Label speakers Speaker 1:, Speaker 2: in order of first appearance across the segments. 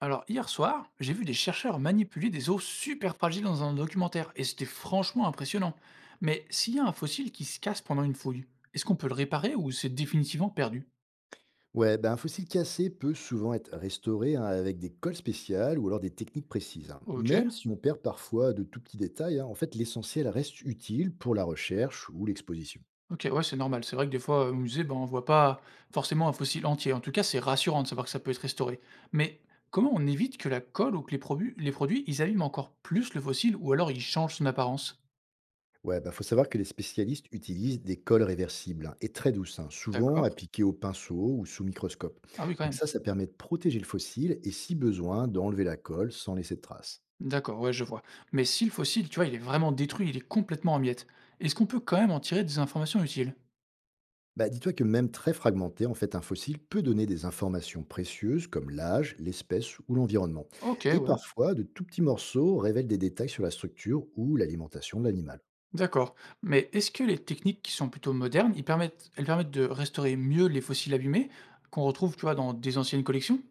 Speaker 1: Alors, hier soir, j'ai vu des chercheurs manipuler des os super fragiles dans un documentaire, et c'était franchement impressionnant. Mais s'il y a un fossile qui se casse pendant une fouille, est-ce qu'on peut le réparer ou c'est définitivement perdu?
Speaker 2: Ouais, ben, un fossile cassé peut souvent être restauré hein, avec des colles spéciales ou alors des techniques précises, hein.
Speaker 1: Ok,
Speaker 2: Même si on perd parfois de tout petits détails, hein, en fait, l'essentiel reste utile pour la recherche ou l'exposition.
Speaker 1: ok, ouais, c'est normal. C'est vrai que des fois, au musée, ben, on voit pas forcément un fossile entier. En tout cas, c'est rassurant de savoir que ça peut être restauré. Mais comment on évite que la colle ou que les, les produits, ils abîment encore plus le fossile ou alors ils changent son apparence?
Speaker 2: Ouais, ben, faut savoir que les spécialistes utilisent des colles réversibles hein, et très douces, hein, souvent
Speaker 1: D'accord.
Speaker 2: appliquées au pinceau ou sous microscope.
Speaker 1: Ah oui, quand
Speaker 2: Donc
Speaker 1: même.
Speaker 2: ça permet de protéger le fossile et si besoin, d'enlever la colle sans laisser de traces.
Speaker 1: D'accord, ouais, je vois. Mais si le fossile, tu vois, il est vraiment détruit, il est complètement en miettes, est-ce qu'on peut quand même en tirer des informations utiles?
Speaker 2: Bah, dis-toi que même très fragmenté, en fait, un fossile peut donner des informations précieuses comme l'âge, l'espèce ou l'environnement.
Speaker 1: Ok,
Speaker 2: Et
Speaker 1: ouais,
Speaker 2: parfois, de tout petits morceaux révèlent des détails sur la structure ou l'alimentation de l'animal.
Speaker 1: d'accord. Mais est-ce que les techniques qui sont plutôt modernes, ils permettent, elles permettent de restaurer mieux les fossiles abîmés qu'on retrouve, tu vois, dans des anciennes collections?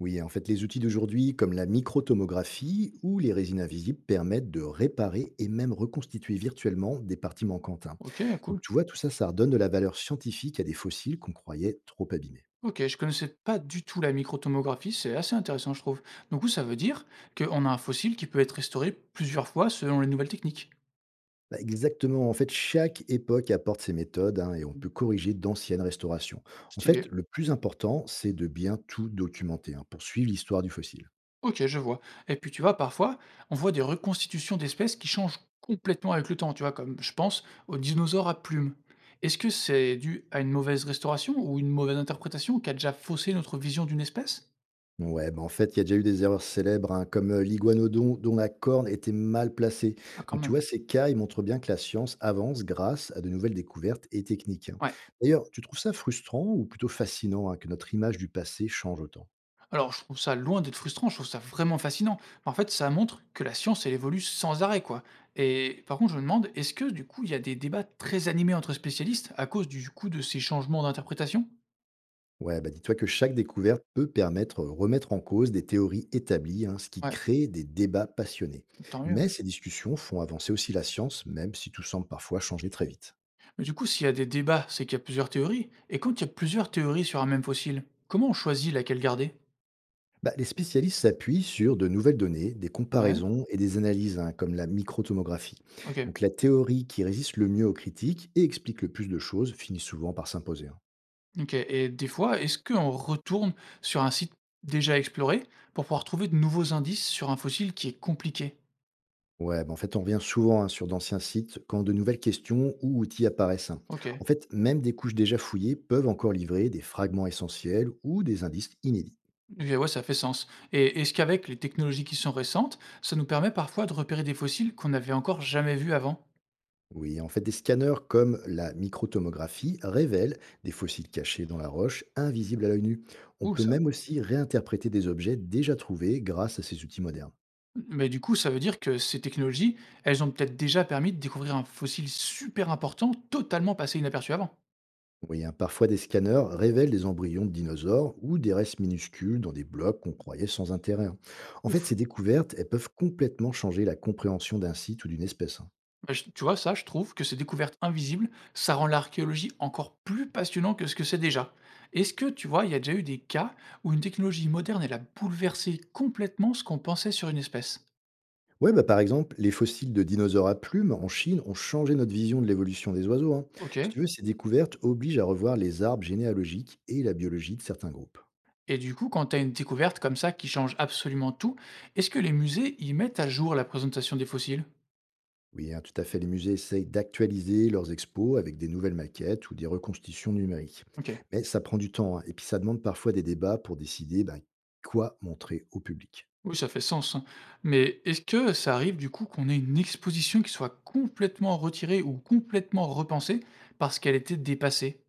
Speaker 2: Oui, en fait, les outils d'aujourd'hui, comme la microtomographie ou les résines invisibles, permettent de réparer et même reconstituer virtuellement des parties manquantes, hein.
Speaker 1: Ok,
Speaker 2: Donc,
Speaker 1: cool.
Speaker 2: tu vois, tout ça, ça redonne de la valeur scientifique à des fossiles qu'on croyait trop abîmés.
Speaker 1: Ok, je connaissais pas du tout la microtomographie, c'est assez intéressant, je trouve. Donc, ça veut dire qu'on a un fossile qui peut être restauré plusieurs fois selon les nouvelles techniques.
Speaker 2: Bah, exactement. En fait, chaque époque apporte ses méthodes hein, et on peut corriger d'anciennes restaurations. En
Speaker 1: Stylé.
Speaker 2: fait, le plus important, c'est de bien tout documenter hein, pour suivre l'histoire du fossile.
Speaker 1: OK, je vois. Et puis, tu vois, parfois, on voit des reconstitutions d'espèces qui changent complètement avec le temps, tu vois, comme je pense aux dinosaures à plumes. Est-ce que c'est dû à une mauvaise restauration ou une mauvaise interprétation qui a déjà faussé notre vision d'une espèce?
Speaker 2: Ouais, bah en fait, il y a déjà eu des erreurs célèbres, hein, comme l'iguanodon dont la corne était mal placée.
Speaker 1: Ah, quand
Speaker 2: Donc, tu
Speaker 1: même.
Speaker 2: vois, ces cas, ils montrent bien que la science avance grâce à de nouvelles découvertes et techniques, hein.
Speaker 1: Ouais.
Speaker 2: D'ailleurs, tu trouves ça frustrant ou plutôt fascinant hein, que notre image du passé change autant?
Speaker 1: Alors, je trouve ça loin d'être frustrant, je trouve ça vraiment fascinant. En fait, ça montre que la science, elle évolue sans arrêt, quoi. Et par contre, je me demande, est-ce que du coup, il y a des débats très animés entre spécialistes à cause du coup de ces changements d'interprétation?
Speaker 2: Ouais, bah dis-toi que chaque découverte peut permettre de remettre en cause des théories établies, hein, ce qui
Speaker 1: Ouais,
Speaker 2: crée des débats passionnés.
Speaker 1: tant mieux.
Speaker 2: Mais ces discussions font avancer aussi la science, même si tout semble parfois changer très vite.
Speaker 1: Mais du coup, s'il y a des débats, c'est qu'il y a plusieurs théories. Et quand il y a plusieurs théories sur un même fossile, comment on choisit laquelle garder?
Speaker 2: Bah, les spécialistes s'appuient sur de nouvelles données, des
Speaker 1: Ouais,
Speaker 2: comparaisons et des analyses, hein, comme la microtomographie.
Speaker 1: OK.
Speaker 2: Donc la théorie qui résiste le mieux aux critiques et explique le plus de choses finit souvent par s'imposer, hein.
Speaker 1: OK, et des fois, est-ce qu'on retourne sur un site déjà exploré pour pouvoir trouver de nouveaux indices sur un fossile qui est compliqué?
Speaker 2: Ouais, bah, en fait, on revient souvent hein, sur d'anciens sites quand de nouvelles questions ou outils apparaissent, hein.
Speaker 1: OK.
Speaker 2: En fait, même des couches déjà fouillées peuvent encore livrer des fragments essentiels ou des indices inédits.
Speaker 1: OK, ouais, ça fait sens. Et est-ce qu'avec les technologies qui sont récentes, ça nous permet parfois de repérer des fossiles qu'on n'avait encore jamais vus avant?
Speaker 2: Oui, en fait, des scanners comme la microtomographie révèlent des fossiles cachés dans la roche, invisibles à l'œil nu. On
Speaker 1: Cool
Speaker 2: peut
Speaker 1: ça.
Speaker 2: même aussi réinterpréter des objets déjà trouvés grâce à ces outils modernes.
Speaker 1: Mais du coup, ça veut dire que ces technologies, elles ont peut-être déjà permis de découvrir un fossile super important, totalement passé inaperçu avant.
Speaker 2: Oui, hein, parfois des scanners révèlent des embryons de dinosaures ou des restes minuscules dans des blocs qu'on croyait sans intérêt, hein. En fait,
Speaker 1: Ouf.
Speaker 2: ces découvertes, elles peuvent complètement changer la compréhension d'un site ou d'une espèce, hein.
Speaker 1: Bah, je tu vois, ça, je trouve que ces découvertes invisibles, ça rend l'archéologie encore plus passionnant que ce que c'est déjà. Est-ce que, tu vois, il y a déjà eu des cas où une technologie moderne, elle a bouleversé complètement ce qu'on pensait sur une espèce?
Speaker 2: Ouais, bah par exemple, les fossiles de dinosaures à plumes en Chine ont changé notre vision de l'évolution des oiseaux, hein.
Speaker 1: Ok.
Speaker 2: Si tu veux, ces découvertes obligent à revoir les arbres généalogiques et la biologie de certains groupes.
Speaker 1: Et du coup, quand tu as une découverte comme ça qui change absolument tout, est-ce que les musées y mettent à jour la présentation des fossiles?
Speaker 2: Oui, hein, tout à fait. Les musées essayent d'actualiser leurs expos avec des nouvelles maquettes ou des reconstitutions numériques.
Speaker 1: Ok.
Speaker 2: Mais ça prend du temps, hein, et puis ça demande parfois des débats pour décider ben, quoi montrer au public.
Speaker 1: Oui, ça fait sens, hein. Mais est-ce que ça arrive du coup qu'on ait une exposition qui soit complètement retirée ou complètement repensée parce qu'elle était dépassée?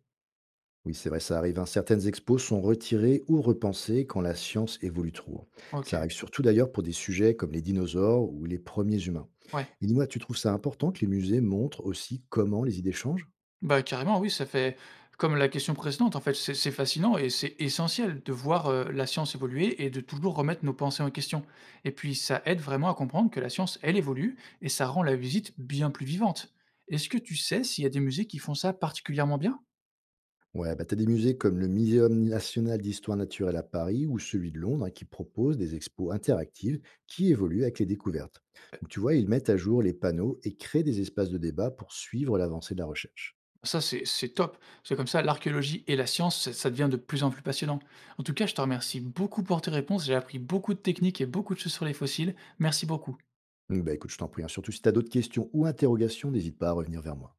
Speaker 2: Oui, c'est vrai, ça arrive, hein. Certaines expos sont retirées ou repensées quand la science évolue trop, hein. Ça
Speaker 1: Ok.
Speaker 2: arrive surtout d'ailleurs pour des sujets comme les dinosaures ou les premiers humains.
Speaker 1: Ouais.
Speaker 2: Et dis-moi, tu trouves ça important que les musées montrent aussi comment les idées changent?
Speaker 1: Bah, carrément, oui, ça fait comme la question précédente, en fait, c'est fascinant et c'est essentiel de voir, la science évoluer et de toujours remettre nos pensées en question, et puis ça aide vraiment à comprendre que la science, elle évolue et ça rend la visite bien plus vivante. Est-ce que tu sais s'il y a des musées qui font ça particulièrement bien?
Speaker 2: Ouais, bah, tu as des musées comme le Muséum national d'histoire naturelle à Paris ou celui de Londres hein, qui proposent des expos interactives qui évoluent avec les découvertes. Donc tu vois, ils mettent à jour les panneaux et créent des espaces de débat pour suivre l'avancée de la recherche.
Speaker 1: Ça, c'est top. C'est comme ça, l'archéologie et la science, ça devient de plus en plus passionnant. En tout cas, je te remercie beaucoup pour tes réponses, j'ai appris beaucoup de techniques et beaucoup de choses sur les fossiles. Merci beaucoup.
Speaker 2: Donc, bah, écoute, je t'en prie, hein. Surtout si tu as d'autres questions ou interrogations, n'hésite pas à revenir vers moi.